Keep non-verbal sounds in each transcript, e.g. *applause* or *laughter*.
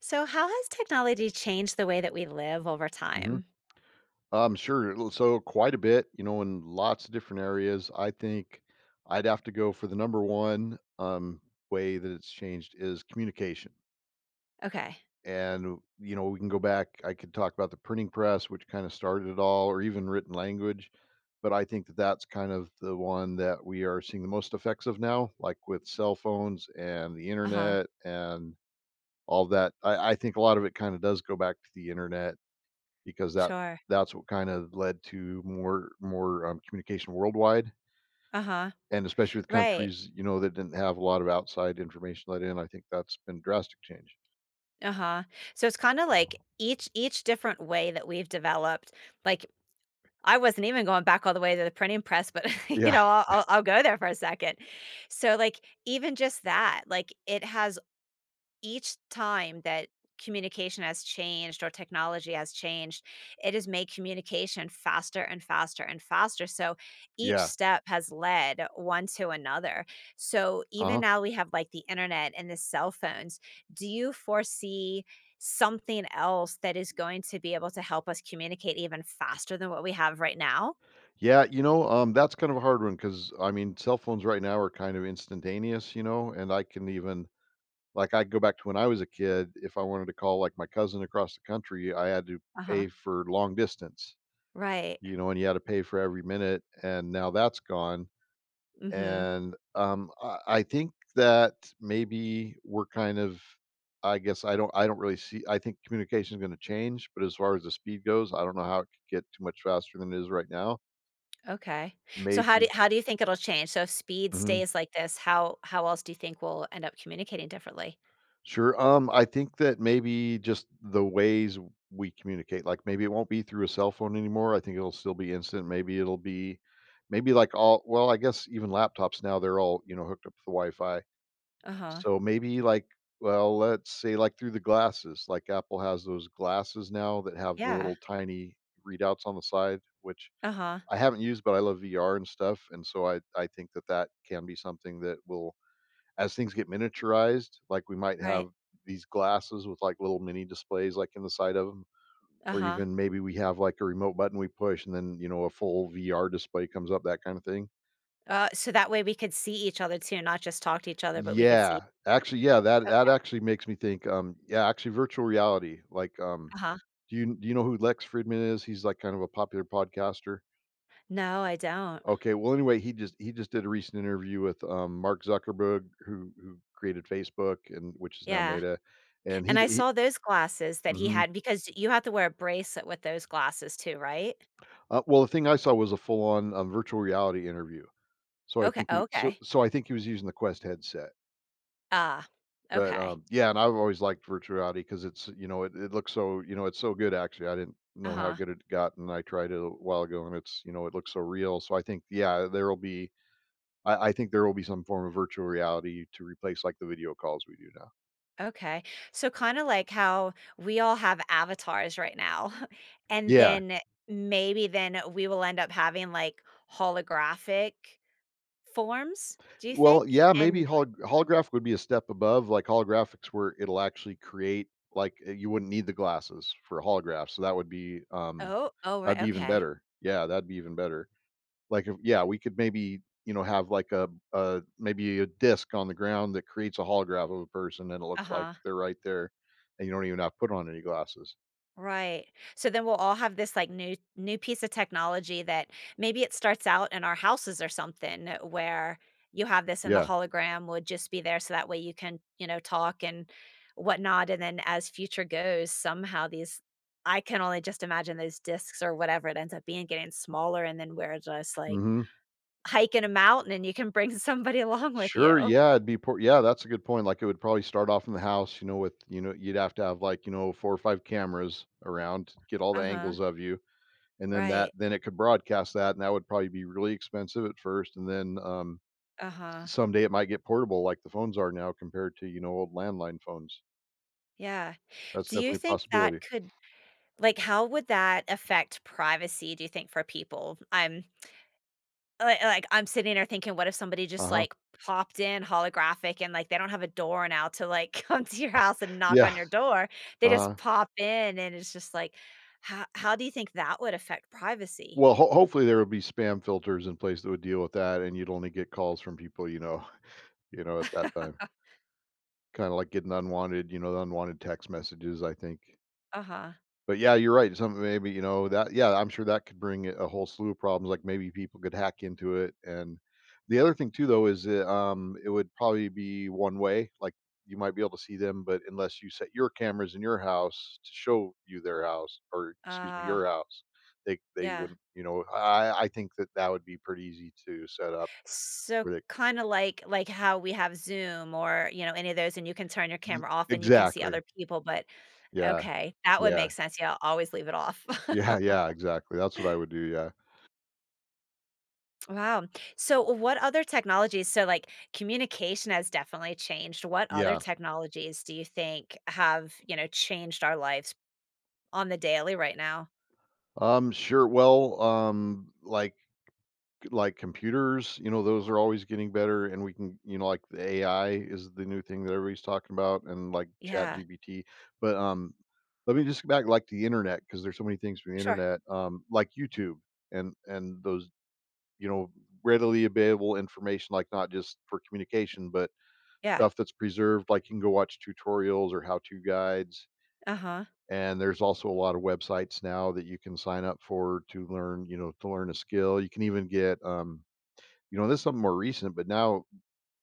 So, how has technology changed the way that we live over Mhm. time? I'm sure it so quite a bit, you know, in lots of different areas. I think I'd have to go for the number one, way that it's changed is communication. Okay. And, you know, we can go back. I could talk about the printing press, which kind of started it all, or even written language. But I think that that's kind of the one that we are seeing the most effects of now, like with cell phones and the Uh huh. internet and all that. I think a lot of it kinda does go back to the internet because that Sure. that's what kind of led to more communication worldwide, Uh huh. and especially with Right. countries, you know, that didn't have a lot of outside information let in. I think that's been drastic change. Uh huh. So it's kind of like each different way that we've developed. Like I wasn't even going back all the way to the printing press, but *laughs* you Yeah, know, I'll, *laughs* I'll I'll go there for a second. So like even just that, like it has each time that communication has changed or technology has changed, it has made communication faster and faster and faster. So each yeah, step has led one to another. So even uh-huh. now we have like the internet and the cell phones. Do you foresee something else that is going to be able to help us communicate even faster than what we have right now? Yeah, that's kind of a hard one, because I mean, cell phones right now are kind of instantaneous, you know. And I can even, like, I go back to when I was a kid. If I wanted to call, like, my cousin across the country, I had to Uh huh. pay for long distance. Right. You know, and you had to pay for every minute, and now that's gone. Mm hmm. And I think that maybe we're kind of, I guess I don't really see. I think communication is going to change, but as far as the speed goes, I don't know how it could get too much faster than it is right now. Okay. So how do Maybe. how do you think it'll change? So if speed Mhm. stays like this, how else do you think we'll end up communicating differently? Sure. I think that maybe just the ways we communicate, like maybe it won't be through a cell phone anymore. I think it'll still be instant. Maybe it'll be, maybe like all. Well, I guess even laptops now, they're all, you know, hooked up to the Wi-Fi. Uh-huh. So maybe like, well, let's say like through the glasses. Like Apple has those glasses now that have the Yeah. little tiny readouts on the side, which Uh-huh. I haven't used, but I love VR and stuff. And so I think that that can be something that will, as things get miniaturized, like we might have Right. these glasses with like little mini displays like in the side of them, or Uh-huh. even maybe we have like a remote button we push and then, you know, a full VR display comes up, that kind of thing. So that way we could see each other too, not just talk to each other, but we could see. Yeah, actually, yeah, that that Okay. actually makes me think, yeah, actually virtual reality, like, Uh-huh. do you know who Lex Friedman is? He's like kind of a popular podcaster. No, I don't. Okay, well, anyway, he just did a recent interview with Mark Zuckerberg, who created Facebook, and which is now Yeah. Meta, and And I he saw those glasses that he mhm. had because you have to wear a bracelet with those glasses too, right? Well, the thing I saw was a full on virtual reality interview. So I Okay. think he, was- so Okay. so I think he was using the Quest headset. Ah. But, Okay. Yeah, and I've always liked virtuality, because it's, you know, it looks so, you know, it's so good. Actually, I didn't know how Uh-huh. good it got, and I tried it a while ago, and it's, you know, it looks so real. So I think, yeah, there'll be, I think there will be some form of virtual reality to replace, like, the video calls we do now. Okay. So kind of like how we all have avatars right now. *laughs* And Yeah. then maybe then we will end up having like holographic forms, do you Well, think? yeah, maybe And holographic would be a step above. Like holographics where it'll actually create, like, you wouldn't need the glasses for a holograph, so that would be, oh, oh that'd right, be even okay. better. Yeah, that'd be even better. Like, if yeah, we could maybe, you know, have like a maybe a disc on the ground that creates a holograph of a person, and it looks like Uh-huh. they're right there, and you don't even have to put on any glasses. Right. So then we'll all have this like new piece of technology that maybe it starts out in our houses or something where you have this and the Yeah. hologram would just be there so that way you can, you know, talk and whatnot. And then as future goes, somehow these I can only just imagine those discs or whatever it ends up being getting smaller and then we're just like Mhm. hiking a mountain and you can bring *laughs* somebody along with Sure, you. yeah, it'd be poor. Yeah, that's a good point. Like, it would probably start off in the house, you know, with, you know, you'd have to have, like, you know, 4 or 5 cameras around to get all the Uh-huh. angles of you, and then that Right. then it could broadcast that, and that would probably be really expensive at first, and then, Uh-huh. someday it might get portable like the phones are now compared to, you know, old landline phones. Yeah. That's Do you definitely a think possibility. that could? Like, how would that affect privacy, do you think, for people? I'm I'm sitting there thinking, what if somebody just, Uh-huh. like, popped in holographic and, like, they don't have a door now to, like, *laughs* come to your house and knock Yeah. on your door. They Uh-huh. just pop in, and it's just like, how do you think that would affect privacy? Well, ho hopefully there would be spam filters in place that would deal with that, and you'd only get calls from people, you know *laughs* you know, at that time. Kinda like getting unwanted, you know, the unwanted text messages, I think. Uh-huh. But yeah, you're right. Some, maybe, you know, that, yeah, I'm sure that could bring a whole slew of problems, like maybe people could hack into it. And the other thing too, though, is that, it would probably be one way. Like, you might be able to see them, but unless you set your cameras in your house to show you their house, or excuse me, Uh, your house, they yeah. wouldn't, you know, I think that that would be pretty easy to set up So, where they, kinda like how we have Zoom or, you know, any of those, and you can turn your Ye camera off and you can see exactly. other people, but Yeah, okay, that would yeah. make *laughs* sense. Yeah, I'll always leave it off. Yeah, yeah, exactly. That's what I would do, yeah. Wow. So what other technologies so, like, communication has definitely changed. What other Yeah. technologies do you think have, you know, changed our lives on the daily right now? Sure. Well, like computers, you know, those are always getting better, and we can, you know, like the AI is the new thing that everybody's talking about, and like chat Yeah. GPT. But let me just go back, like the internet, because there's so many things from the Sure. internet, like YouTube and those, you know, readily available information, like not just for communication, but Yeah. stuff that's preserved, like you can go watch tutorials or how-to guides. Uh-huh. And there's also a lot of websites now that you can sign up for to learn, you know, to learn a skill. You can even get you know, this is something more recent, but now,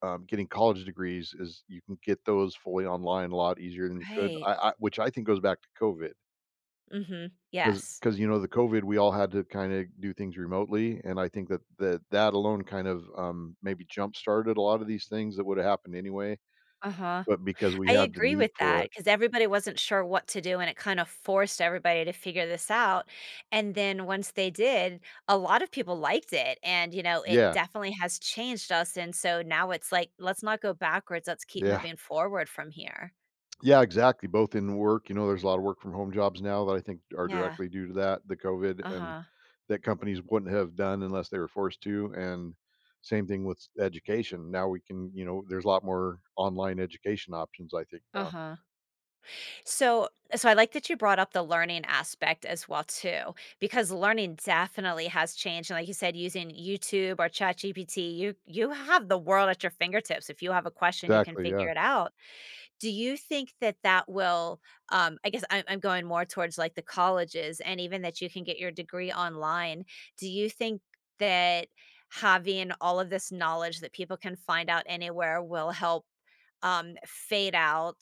getting college degrees is, you can get those fully online a lot easier than you could. Right. I which I think goes back to COVID, Mhm. because Yes. because you know, the COVID, we all had to kinda do things remotely, and I think that that alone kind of, maybe jump started a lot of these things that would've happened anyway, Uh-huh. but because we I had the agree need with for that it. because everybody wasn't sure what to do, and it kind of forced everybody to figure this out, and then once they did, a lot of people liked it, and, you know, it Yeah, definitely has changed us, and so now it's like, "Let's not go backwards, let's keep yeah. moving forward from here." Yeah, exactly, both in work, you know. There's a lot of work from home jobs now that I think are Yeah. directly due to that, the COVID, and Uh-huh. that companies wouldn't have done unless they were forced to. And same thing with education. Now we can, you know, there's a lot more online education options, I think, now. Uh-huh. So, so I like that you brought up the learning aspect as well too, because learning definitely has changed. And like you said, using YouTube or ChatGPT, you have the world at your fingertips. If you have a question, you can Exactly, figure yeah. it out. Do you think that that will? I guess I'm going more towards like the colleges, and even that you can get your degree online. Do you think that having all of this knowledge that people can find out anywhere will help fade out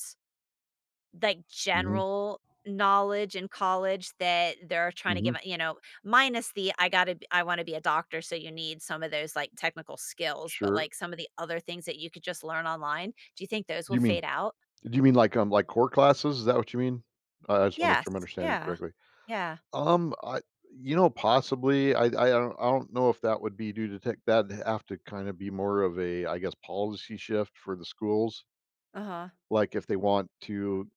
like, Mhm, general knowledge in college that they're trying to mhm, give you know, minus the I gotta b I wanna be a doctor, so you need some of those, like, technical skills, but, sure. like, some of the other things that you could just learn online, do you think those Do will you mean fade out? do you mean like core classes? Is that what you mean? I just wanna make Yes, sure I'm understanding you yeah, correctly. yeah, I you know, possibly. I don't know if that would be due to tech. That'd have to kind of be more of a, I guess, policy shift for the schools. uh-huh, Like if they want to,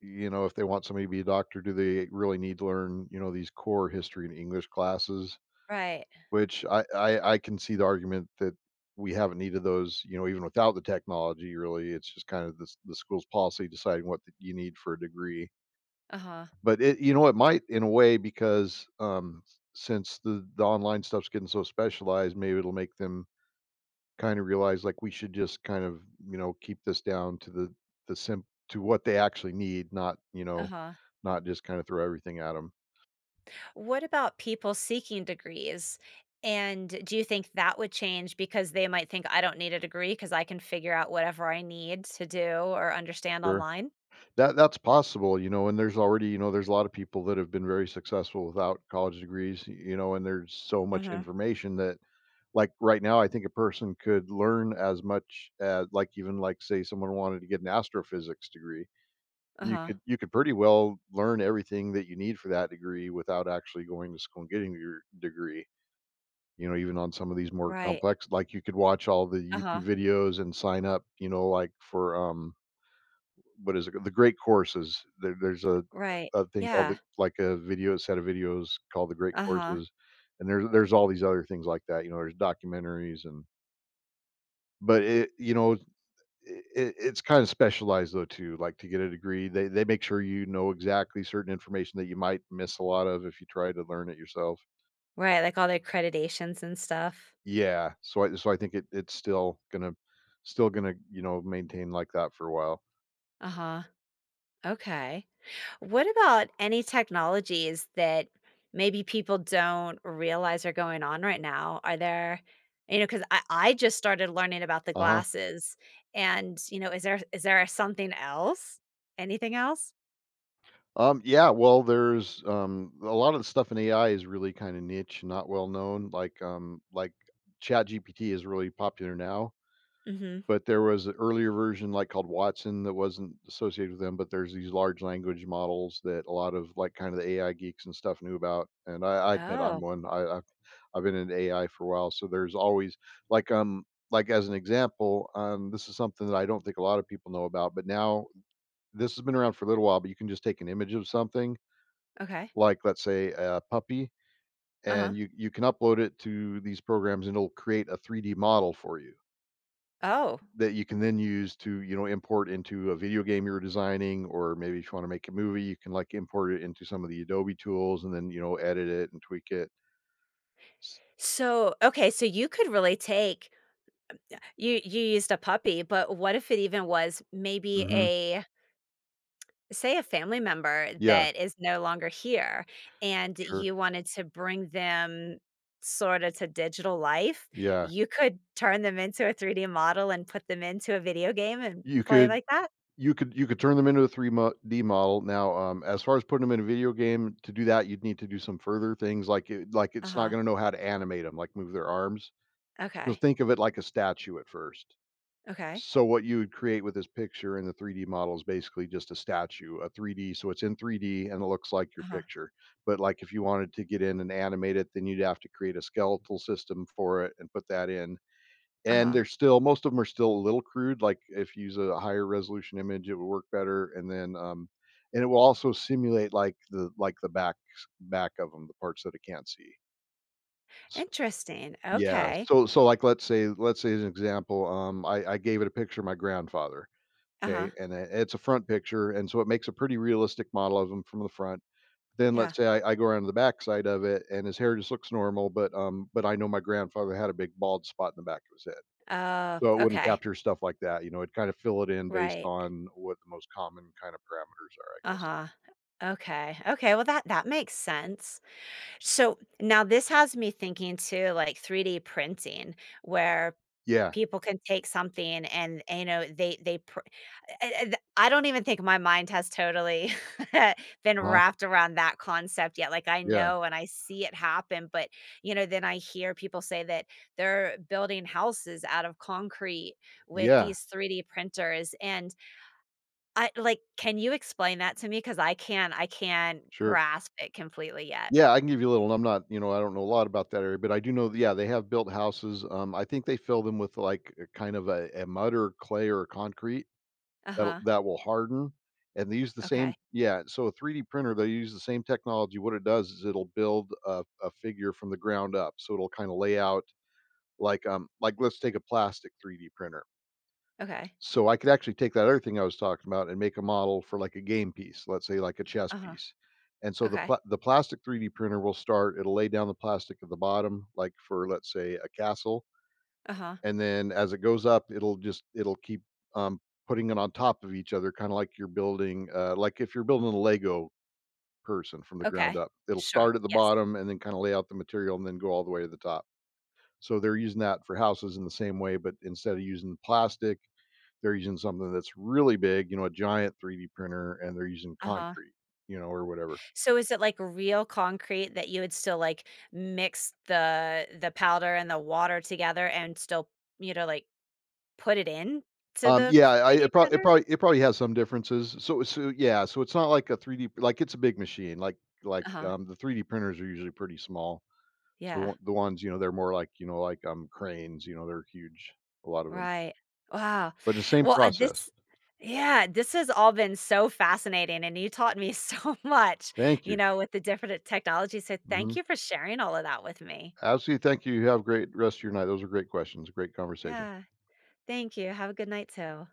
you know, if they want somebody to be a doctor, do they really need to learn, you know, these core history and English classes? right, Which I can see the argument that we haven't needed those, you know, even without the technology. Really, it's just kind of the school's policy deciding what you need for a degree. uh-huh, But it, you know, it might, in a way, because, since the online stuff's getting so specialized, maybe it'll make them kinda realize, like, we should just kind of, you know, keep this down to the sim to what they actually need, not, you know, uh-huh. not just kinda throw everything at them. What about people seeking degrees? And do you think that would change because they might think, "I don't need a degree because I can figure out whatever I need to do or understand Sure. online?" That's possible, you know. And there's already, you know, there's a lot of people that have been very successful without college degrees, y you know, and there's so much Uh-huh, information that, like, right now, I think a person could learn as much as, like, even, like, say someone wanted to get an astrophysics degree, you uh-huh. could you could pretty well learn everything that you need for that degree without actually going to school and getting your degree. You know, even on some of these more Right. complex, like, you could watch all the Uh-huh. YouTube videos and sign up, you know, like, for, what is it? The Great Courses. There there's a Right. a thing called the, Yeah. like, a video set of videos called The Great Uh-huh. Courses, and there's all these other things like that. You know, there's documentaries and but it, you know, it it's kind of specialized though too. Like to get a degree, they make sure you know exactly certain information that you might miss a lot of if you try to learn it yourself. Right, like all the accreditations and stuff. Yeah, so I think it's still gonna maintain like that for a while. Uh-huh. Okay. What about any technologies that maybe people don't realize are going on right now? Are there, you know, because I just started learning about the Uh-huh. glasses. And, you know, is there something else? Anything else? Yeah, well, there's a lot of the stuff in AI is really kind of niche, not well known. Like ChatGPT is really popular now. Mm-hmm. But there was an earlier version, like, called Watson that wasn't associated with them, but there's these large language models that a lot of, like, kinda the AI geeks and stuff knew about, and I admit I'm Oh, one. I've I've been in AI for a while, so there's always like, um like, as an example, this is something that I don't think a lot of people know about, but now this has been around for a little while, but you can just take an image of something, okay. like, let's say, a puppy, Uh-huh. and you can upload it to these programs, and it'll create a 3D model for you. Oh. That you can then use to, you know, import into a video game you're designing, or maybe if you wanna make a movie, you can, like, import it into some of the Adobe tools and then, you know, edit it and tweak it. S So okay, so you could really take you used a puppy, but what if it even was maybe Mhm. a say a family member Yeah, that is no longer here and sure. you wanted to bring them sort of to digital life? Yeah. You could turn them into a 3D model and put them into a video game and You play could like that? you could turn them into a 3 D model. Now, as far as putting them in a video game, to do that, you'd need to do some further things it's not Uh-huh. gonna know how to animate them, like move their arms. So Okay. think of it like a statue at first. Okay. So what you would create with this picture in the 3D model is basically just a statue, a 3D. So it's in 3D and it looks like your Uh-huh. picture. But like if you wanted to get in and animate it, then you'd have to create a skeletal system for it and put that in. And Uh-huh. they're still most of them are still a little crude. Like if you use a higher resolution image, it would work better. And then and it will also simulate like the back of them, the parts that it can't see. S- Interesting. Yeah. Okay. So so like let's say as an example, I gave it a picture of my grandfather. Uh-huh. Okay, and I it's a front picture, and so it makes a pretty realistic model of him from the front. Then Yeah. let's say I go around to the back side of it, and his hair just looks normal, but, but I know my grandfather had a big bald spot in the back of his head. Oh, So it wouldn't okay. capture stuff like that, you know, it'd kind of fill it in based Right. on what the most common kind of parameters are, I guess. Uh-huh. Okay. Okay. Well, that makes sense. So now this has me thinking too, like 3D printing, where Yeah. people can take something and, you know I don't even think my mind has totally *laughs* been Uh-huh. wrapped around that concept yet. Like I Yeah. know and I see it happen, but you know then I hear people say that they're building houses out of concrete with Yeah. these 3D printers and I like can you explain that to me cuz I can't Sure. grasp it completely yet. Yeah, I can give you a little, and I don't know a lot about that area, but I do know that yeah, they have built houses, I think they fill them with, like, a kind of a mud or clay or concrete that Uh-huh. that will harden, and they use the Okay. same yeah, so a 3D printer, they use the same technology. What it does is it'll build a figure from the ground up, so it'll kinda lay out let's take a plastic 3D printer. Okay. So I could actually take that other thing I was talking about and make a model for, like, a game piece, let's say, like, a chess Uh-huh. piece, and so Okay. The plastic 3D printer will start it'll lay down the plastic at the bottom, like, for, let's say, a castle, Uh-huh. and then as it goes up, it'll just it'll keep, um, putting it on top of each other, kinda like you're building, like if you're building a Lego person from the ground Okay. up. It'll Sure. start at the Yes. bottom and then kinda lay out the material and then go all the way to the top. So they're using that for houses in the same way, but instead of using plastic, they're using something that's really big, you know, a giant 3D printer, and they're using Uh-huh. concrete, you know, or whatever. So is it like real concrete that you would still like mix the powder and the water together and still, you know, like put it in to the Yeah, I 3D it, prob printer? It probably has some differences. So so yeah, so it's not like a 3D, like it's a big machine. Uh-huh. The 3D printers are usually pretty small. So Yeah. The ones, you know, they're more like, you know, cranes, you know, they're huge, a lot of them. Right. Wow. But the same Well, process. this yeah, this has all been so fascinating and you taught me *laughs* so much, Thank you you. know, with the different technologies. So thank Mhm. you for sharing all of that with me. Absolutely, thank you. You have a great rest of your night. Those are great questions, great conversation. Yeah. Thank you. Have a good night too.